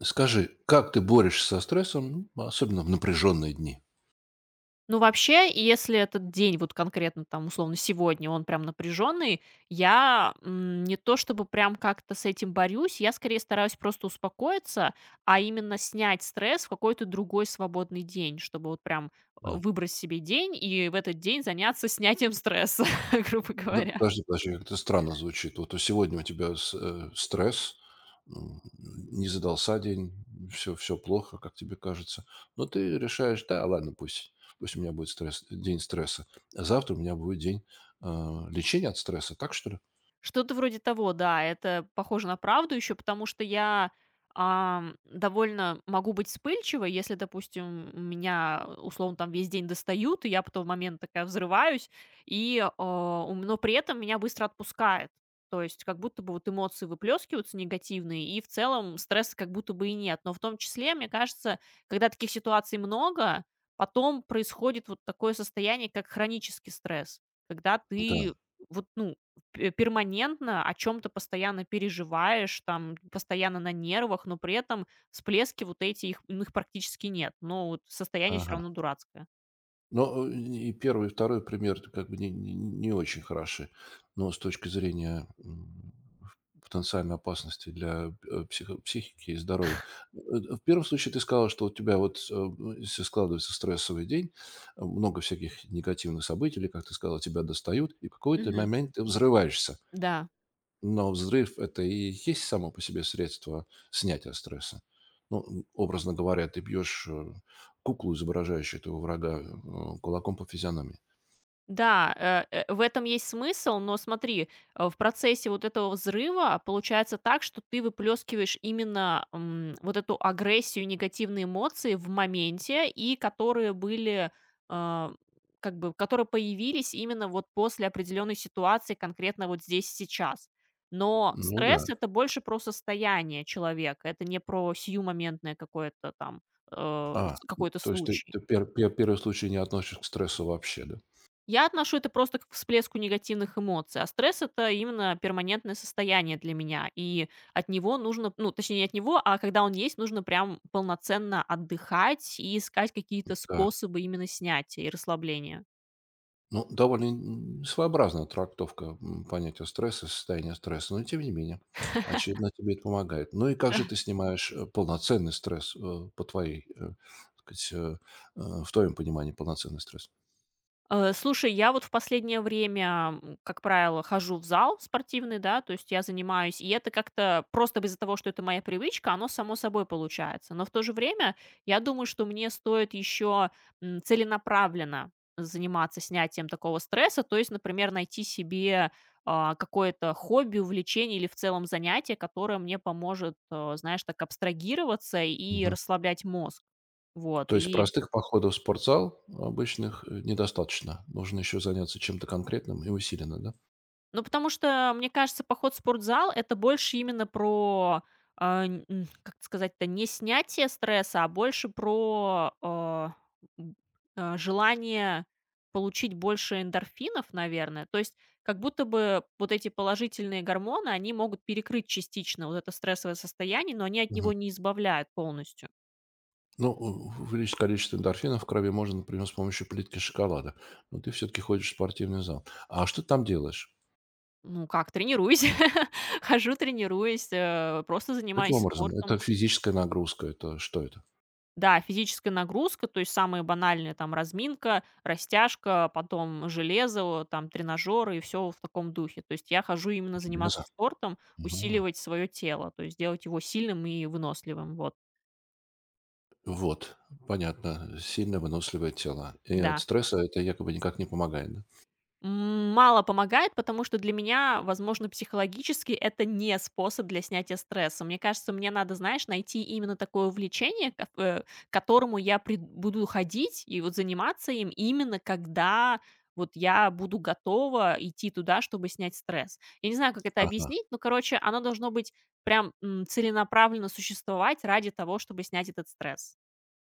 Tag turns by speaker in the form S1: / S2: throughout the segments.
S1: Скажи, как ты борешься со стрессом, ну, особенно в напряженные дни?
S2: Ну, вообще, если этот день, вот конкретно там, условно, сегодня, он прям напряженный, не то чтобы прям как-то с этим борюсь, я скорее стараюсь просто успокоиться, а именно снять стресс в какой-то другой свободный день, чтобы вот прям
S1: Да.
S2: выбрать себе день и в этот день заняться снятием стресса, грубо
S1: Да,
S2: говоря.
S1: подожди, подожди, это странно звучит. Вот у сегодня у тебя с стресс, не задался день, все плохо, как тебе кажется. Но ты решаешь, да, ладно, пусть, пусть у меня будет стресс, день стресса. А завтра у меня будет день э, лечения от стресса, так что ли?
S2: Что-то вроде того, да. Это похоже на правду еще, потому что я довольно могу быть вспыльчивой, если, допустим, меня, условно, там весь день достают, и я потом в момент такая взрываюсь, и, э, у но при этом меня быстро отпускает. То есть как будто бы вот эмоции выплескиваются негативные, и в целом стресса как будто бы и нет. Но в том числе, мне кажется, когда таких ситуаций много, потом происходит вот такое состояние, как хронический стресс, когда
S1: Да,
S2: ты вот, ну, Пе перманентно о чем то постоянно переживаешь, там постоянно на нервах, но при этом всплески вот эти, их ну, их практически нет. Но вот состояние все
S1: ага.
S2: равно дурацкое.
S1: Но, э, и первый, и второй пример это как бы не очень хороши, но с точки зрения, потенциальной опасности для, психо психики и здоровья. Э, в первом случае ты сказала, что у тебя вот, э, ну, если складывается стрессовый день, э, много всяких негативных событий, или, как ты сказала, тебя достают, и в какой-то
S2: Мгм.
S1: момент ты взрываешься.
S2: Да.
S1: Но взрыв — это и есть само по себе средство снятия стресса. Ну, м, образно говоря, ты бьешь куклу, изображающую этого врага, кулаком по физиономии.
S2: Да, в этом есть смысл, но смотри, в процессе вот этого взрыва получается так, что ты выплескиваешь именно вот эту агрессию, негативные эмоции в моменте, и которые были, а, которые появились именно вот после определенной ситуации, конкретно вот здесь и сейчас. Но
S1: Ну да.
S2: стресс это больше про состояние человека, это не про сиюмоментное какое-то там э,
S1: А,
S2: с- какой-то
S1: то есть ты,
S2: случай.
S1: ты первый случай не относишь к стрессу вообще, да?
S2: Я отношу это просто к всплеску негативных эмоций, а стресс это именно перманентное состояние для меня, и от него нужно, ну, точнее, не от него, а когда он есть, нужно прям полноценно отдыхать и искать какие-то
S1: Да.
S2: способы именно снятия и расслабления.
S1: Ну, довольно м, своеобразная трактовка м, понятия стресса, состояния стресса, но тем не менее, очевидно, тебе это помогает. Ну и как же ты снимаешь э, полноценный стресс э, по твоей, э, так сказать, в твоем понимании полноценный стресс?
S2: Слушай, я вот в последнее время, как правило, хожу в зал спортивный, да, то есть я занимаюсь, и это как-то просто из-за того, что это моя привычка, оно само собой получается. Но в то же время я думаю, что мне стоит еще целенаправленно заниматься снятием такого стресса, то есть, например, найти себе какое-то хобби, увлечение или в целом занятие, которое мне поможет, знаешь, так абстрагироваться и
S1: Мгм.
S2: расслаблять мозг. Вот,
S1: То есть
S2: и
S1: простых походов в спортзал обычных, недостаточно. Нужно еще заняться чем-то конкретным и усиленно, да?
S2: Ну, потому что, мне кажется, поход в спортзал это больше именно про, как это сказать-то, не снятие стресса, а больше про, м, желание получить больше эндорфинов, наверное. То есть как будто бы вот эти положительные гормоны, они могут перекрыть частично вот это стрессовое состояние, но они от
S1: Мгм.
S2: него не избавляют полностью.
S1: Ну, увеличить количество эндорфинов в крови можно, например, с помощью плитки шоколада. Но ты все-таки ходишь в спортивный зал. А что ты там делаешь?
S2: Ну как, тренируюсь, хожу, тренируюсь, просто
S1: Каким
S2: занимаюсь
S1: образом?
S2: спортом.
S1: Это физическая нагрузка, это что это?
S2: Да, физическая нагрузка, то есть самые банальные там разминка, растяжка, потом железо, там тренажеры и все в таком духе. То есть я хожу именно заниматься
S1: Железо.
S2: спортом,
S1: Мгм.
S2: усиливать свое тело, то есть делать его сильным и выносливым. Вот,
S1: Вот, понятно. Сильно выносливое тело. И от
S2: да.
S1: стресса это якобы никак не помогает, да?
S2: Мало помогает, потому что для меня, возможно, психологически это не способ для снятия стресса. Мне кажется, мне надо, знаешь, найти именно такое увлечение, к которому я буду ходить и вот заниматься им именно когда вот я буду готова идти туда, чтобы снять стресс. Я не знаю, как это
S1: Ага.
S2: объяснить, но, короче, оно должно быть прям целенаправленно существовать ради того, чтобы снять этот стресс.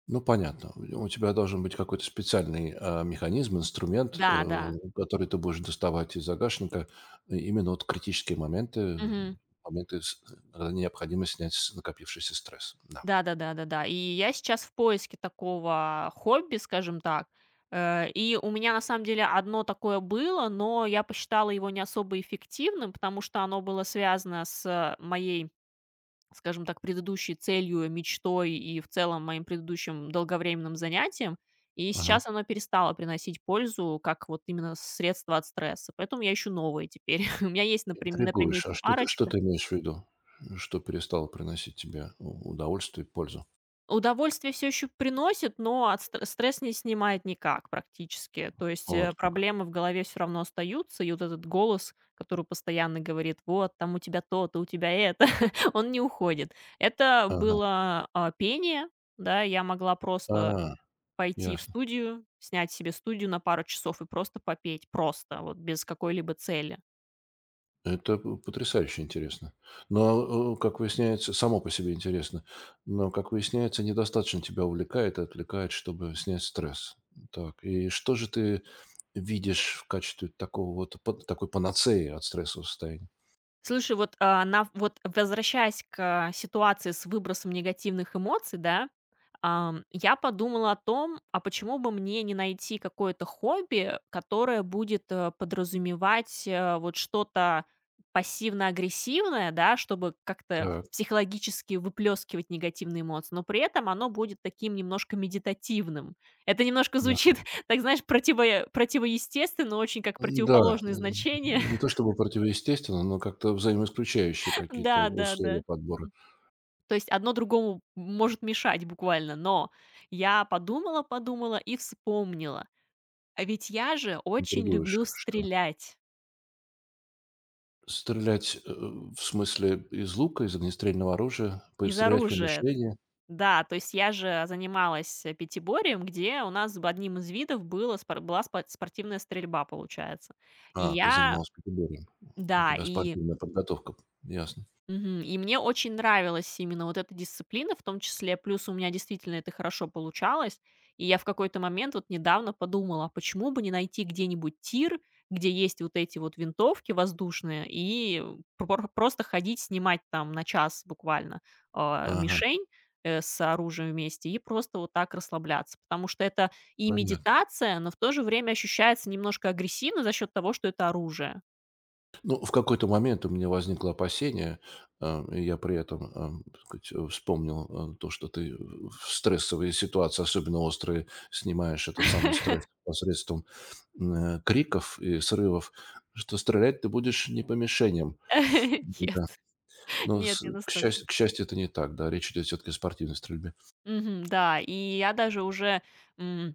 S1: Ну, понятно. У тебя должен быть какой-то специальный, а, механизм, инструмент,
S2: Да,
S1: который ты будешь доставать из загашника именно вот критические моменты,
S2: да.
S1: моменты, с когда необходимо снять с накопившийся стресс. Да.
S2: Да-да-да-да-да. И я сейчас в поиске такого хобби, скажем так. И у меня на самом деле одно такое было, но я посчитала его не особо эффективным, потому что оно было связано с моей, скажем так, предыдущей целью, мечтой и в целом моим предыдущим долговременным занятием. И
S1: Ага.
S2: сейчас оно перестало приносить пользу как вот именно средство от стресса. Поэтому я ищу новые теперь. У меня есть на
S1: Интригуешь.
S2: примете
S1: А что
S2: парочка.
S1: ты имеешь в виду? Что перестало приносить тебе у удовольствие и пользу?
S2: Удовольствие все еще приносит, но от стресс не снимает никак практически. То есть
S1: Вот как.
S2: проблемы в голове все равно остаются, и вот этот голос, который постоянно говорит: "Вот, там у тебя то-то, у тебя это", он не уходит. Это
S1: Ага.
S2: было, а, пение, да. Я могла просто
S1: А,
S2: пойти в
S1: ясно.
S2: студию, снять себе студию на пару часов и просто попеть. Просто, вот без какой-либо цели.
S1: Это п потрясающе интересно. Но, э, как выясняется, само по себе интересно. Но, как выясняется, недостаточно тебя увлекает и отвлекает, чтобы снять стресс. Так, и что же ты видишь в качестве такого вот пан такой панацеи от стрессового состояния?
S2: Слушай, вот, а, на вот возвращаясь к ситуации с выбросом негативных эмоций, я подумала о том, а почему бы мне не найти какое-то хобби, которое будет подразумевать вот что-то пассивно-агрессивное, да, чтобы как-то
S1: Так,
S2: психологически выплескивать негативные эмоции, но при этом оно будет таким немножко медитативным. Это немножко
S1: да.
S2: звучит, так знаешь, противоестественно, очень как
S1: Да
S2: противоположное значение.
S1: не то чтобы противоестественно, но как-то взаимоисключающие какие-то
S2: Да, да, да.
S1: условия подбора.
S2: То есть одно другому может мешать буквально, но я подумала и вспомнила. А ведь я же очень
S1: Интригуешь,
S2: люблю
S1: что?
S2: стрелять
S1: Стрелять, э, в смысле из лука, из огнестрельного оружия, по
S2: из
S1: стрелять по
S2: оружия.
S1: мишени?
S2: Да, то есть я же занималась пятиборием, где у нас одним из видов была спортивная стрельба, получается. И
S1: А, ты
S2: я,
S1: занималась пикебором. У
S2: да,
S1: тебя
S2: и
S1: спортивная подготовка. Ясно.
S2: Мгм. И мне очень нравилась именно вот эта дисциплина в том числе. Плюс у меня действительно это хорошо получалось. И я в какой-то момент вот недавно подумала, а почему бы не найти где-нибудь тир, где есть вот эти вот винтовки воздушные, и просто ходить, снимать там на час буквально
S1: Ага,
S2: мишень с оружием вместе и просто вот так расслабляться. Потому что это и
S1: понятно.
S2: медитация, но в то же время ощущается немножко агрессивно за счет того, что это оружие.
S1: Ну, в какой-то момент у меня возникло опасение, а, и я при этом, ам, так сказать, вспомнил, то, что ты в стрессовые ситуации, особенно острые, снимаешь этот самый стресс посредством, криков и срывов, что стрелять ты будешь не по мишеням. Да.
S2: Нет,
S1: Но
S2: нет,
S1: с
S2: не настолько.
S1: к счастью, это не так, да, речь идет все-таки о спортивной стрельбе.
S2: Мгм, да, и я даже уже, м,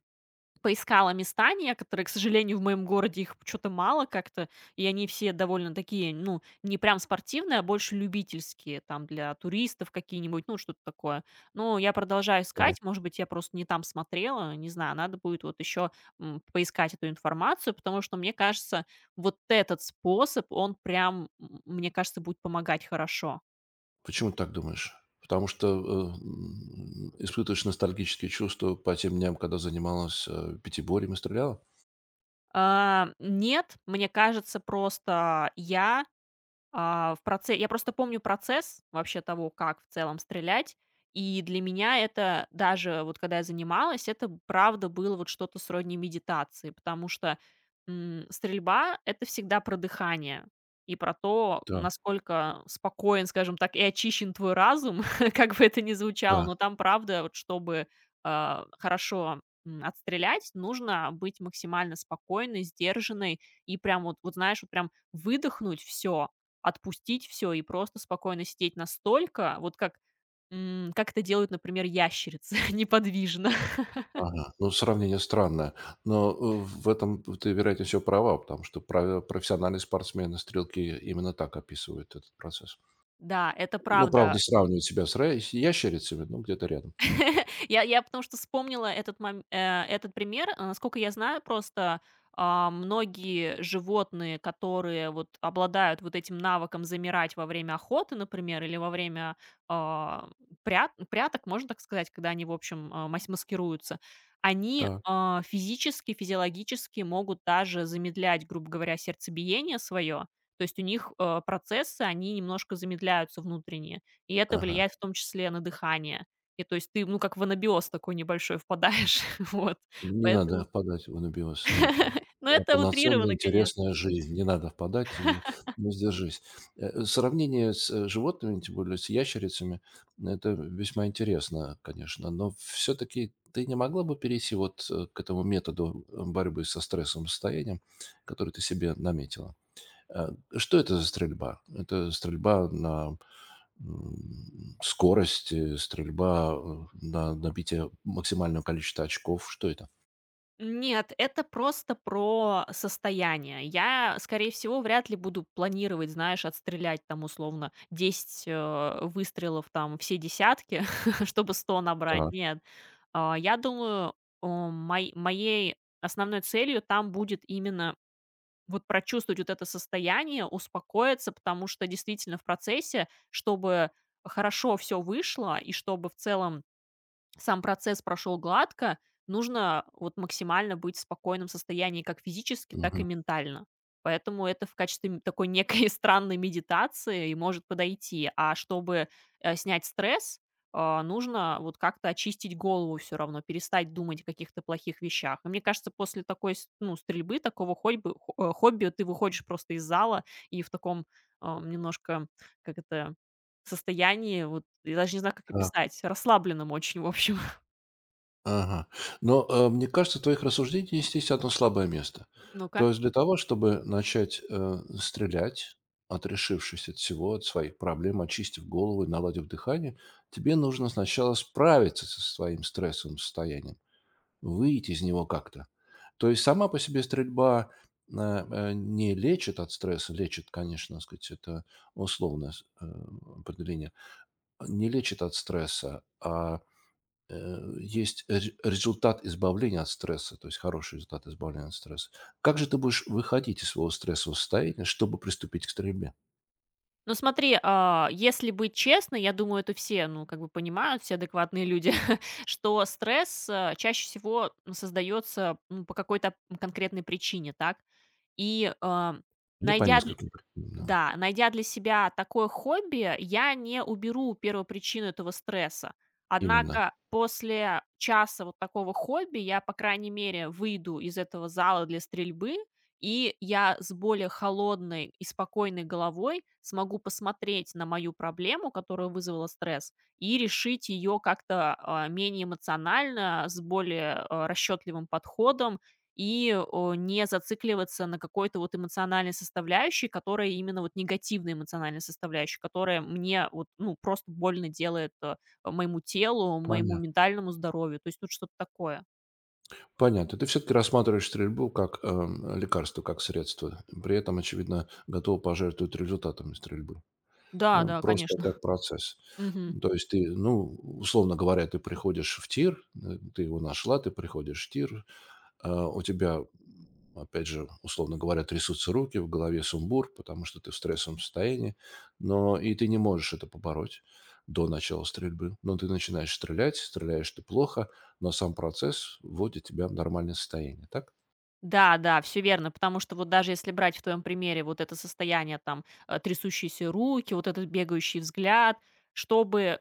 S2: поискала места некоторые. К сожалению, в моем городе их что то мало как-то, и они все довольно такие, ну, не прям спортивные, а больше любительские, там, для туристов какие-нибудь, ну, что-то такое. Но я продолжаю искать, может быть, я просто не там смотрела, не знаю, надо будет вот еще, поискать эту информацию, потому что, мне кажется, вот этот способ, он прям, мне кажется, будет помогать хорошо.
S1: Почему ты так думаешь? Потому что, э, м, испытываешь ностальгические чувства по тем дням, когда занималась, э, пятиборьем и стреляла?
S2: Нет, мне кажется, просто я просто помню процесс вообще того, как в целом стрелять. И для меня это даже вот когда я занималась, это правда было вот что-то сродни медитации, потому что стрельба это всегда про дыхание и про то,
S1: Да,
S2: насколько спокоен, скажем так, и очищен твой разум, как бы это ни звучало.
S1: да,
S2: Но там правда, вот чтобы хорошо отстрелять, нужно быть максимально спокойной, сдержанной и прям вот, вот знаешь, вот прям выдохнуть все. Отпустить все и просто спокойно сидеть настолько, вот как как это делают, например, ящерицы неподвижно.
S1: ага. Ну, сравнение странное, но, э, в этом ты, вероятнее всего, права, потому что пра профессиональные спортсмены, стрелки именно так описывают этот процесс.
S2: Да, это
S1: Ну,
S2: правда.
S1: правда, сравнивают себя с ра с ящерицами, ну где-то рядом.
S2: Я, потому что вспомнила этот этот пример. Насколько я знаю, просто, многие животные, которые вот обладают вот этим навыком замирать во время охоты, например, или во время, а, пряток, можно так сказать, когда они, в общем, а, мась маскируются, они,
S1: Так,
S2: а, физически, физиологически могут даже замедлять, грубо говоря, сердцебиение свое. То есть у них процессы, они немножко замедляются внутренние, и это
S1: ага.
S2: влияет в том числе на дыхание. И то есть ты, ну, как в анабиоз такой небольшой впадаешь, вот,
S1: Не надо
S2: поэтому...
S1: впадать в анабиоз, нет.
S2: Ну,
S1: Да,
S2: это
S1: полноценная,
S2: утрировано, конечно.
S1: интересная жизнь. Не надо впадать, э, ну, сдержись. Э, сравнение с, э, животными, тем более с ящерицами, это весьма интересно, конечно, но все-таки ты не могла бы перейти вот, к этому методу, борьбы со стрессовым состоянием, который ты себе наметила? Э, что это за стрельба? Это стрельба на, скорость, э, стрельба, на набитие максимального количества очков? Что это?
S2: Нет, это просто про состояние. Я, скорее всего, вряд ли буду планировать, знаешь, отстрелять там условно десять выстрелов, там все десятки, чтобы 100 набрать.
S1: Так.
S2: Нет. Я думаю, о, мой моей основной целью там будет именно вот прочувствовать вот это состояние, успокоиться, потому что действительно в процессе, чтобы хорошо все вышло и чтобы в целом сам процесс прошел гладко, нужно вот максимально быть в спокойном состоянии как физически, так и
S1: Мгм.
S2: ментально. Поэтому это в качестве такой некой странной медитации и может подойти. А чтобы снять стресс, нужно вот как-то очистить голову все равно, перестать думать о каких-то плохих вещах. И мне кажется, после такой ну, стрельбы, такого хобби ты выходишь просто из зала и в таком а, немножко, как это, состоянии, вот, я даже не знаю, как
S1: Так,
S2: описать, расслабленном очень, в общем.
S1: ага. Но, э, мне кажется, в твоих рассуждениях есть одно слабое место.
S2: Ну-ка.
S1: То есть для того, чтобы начать, стрелять, отрешившись от всего, от своих проблем, очистив голову и наладив дыхание, тебе нужно сначала справиться со своим стрессовым состоянием, выйти из него как-то. То есть сама по себе стрельба, не лечит от стресса, лечит, конечно, так сказать, это условное определение, не лечит от стресса, а есть результат избавления от стресса, то есть хороший результат избавления от стресса. Как же ты будешь выходить из своего стрессового состояния, чтобы приступить к стрельбе?
S2: Ну смотри, если быть честной, я думаю, это все, ну, как бы понимают, все адекватные люди, что стресс, чаще всего, создается по какой-то конкретной причине, так? И, а,
S1: Не по
S2: найдя
S1: нескольким причинам, да.
S2: Да, найдя для себя такое хобби, я не уберу первопричину этого стресса.
S1: Именно.
S2: Однако после часа вот такого хобби я, по крайней мере, выйду из этого зала для стрельбы, и я с более холодной и спокойной головой смогу посмотреть на мою проблему, которая вызвала стресс, и решить ее как-то менее эмоционально, с более расчетливым подходом и не зацикливаться на какой-то вот эмоциональной составляющей, которая именно вот негативной эмоциональной составляющей, которая мне вот, ну, просто больно делает моему телу, моему
S1: Понятно.
S2: ментальному здоровью. То есть тут что-то такое.
S1: Понятно. Ты все-таки рассматриваешь стрельбу как лекарство, как средство. При этом, очевидно, готов пожертвовать результатами стрельбы.
S2: Да,
S1: Да,
S2: да,
S1: просто
S2: конечно.
S1: как процесс.
S2: Мгм.
S1: То есть ты, ну, условно говоря, ты приходишь в тир, э, ты его нашла, ты приходишь в тир, а, у тебя, опять же, условно говоря, трясутся руки, в голове сумбур, потому что ты в стрессовом состоянии, но и ты не можешь это побороть до начала стрельбы. Но ты начинаешь стрелять, стреляешь ты плохо, но сам процесс вводит тебя в нормальное состояние. Так?
S2: Да, да, все верно, потому что вот даже если брать в твоем примере вот это состояние там трясущиеся руки, вот этот бегающий взгляд, чтобы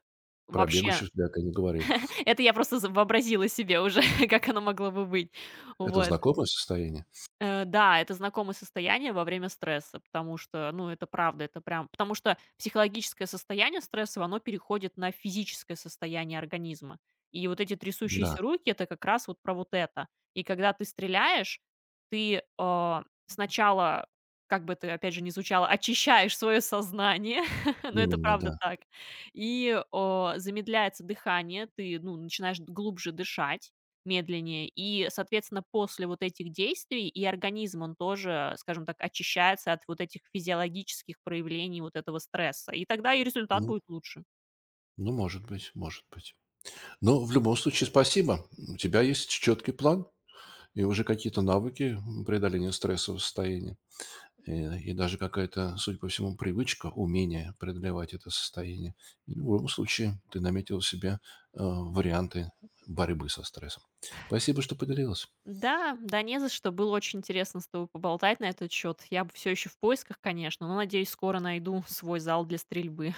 S1: Про
S2: вообще...
S1: бегущих я ты не говорил.
S2: Это я просто вообразила себе уже, как оно могло бы быть.
S1: Это
S2: Вот.
S1: знакомое состояние?
S2: Да, это знакомое состояние во время стресса, потому что, ну, это правда, это прям потому что психологическое состояние стрессовое, оно переходит на физическое состояние организма. И вот эти
S1: Да,
S2: трясущиеся руки это как раз вот про вот это. И когда ты стреляешь, ты сначала, как бы ты опять же, не звучало, очищаешь свое сознание, но это
S1: именно,
S2: правда
S1: да.
S2: так, и замедляется дыхание, ты, ну, начинаешь глубже дышать медленнее. И, соответственно, после вот этих действий и организм, он тоже, скажем так, очищается от вот этих физиологических проявлений вот этого стресса. И тогда и результат
S1: Ну,
S2: будет лучше.
S1: ну, может быть, может быть. Но в любом случае спасибо. У тебя есть четкий план и уже какие-то навыки преодоления стрессового состояния. Э, и даже какая-то, судя по всему, привычка, умение преодолевать это состояние. И в любом случае ты наметил себе варианты борьбы со стрессом. Спасибо, что поделилась.
S2: Да, да, не за что. Было очень интересно с тобой поболтать на этот счет. Я все еще в поисках, конечно, но надеюсь, скоро найду свой зал для стрельбы.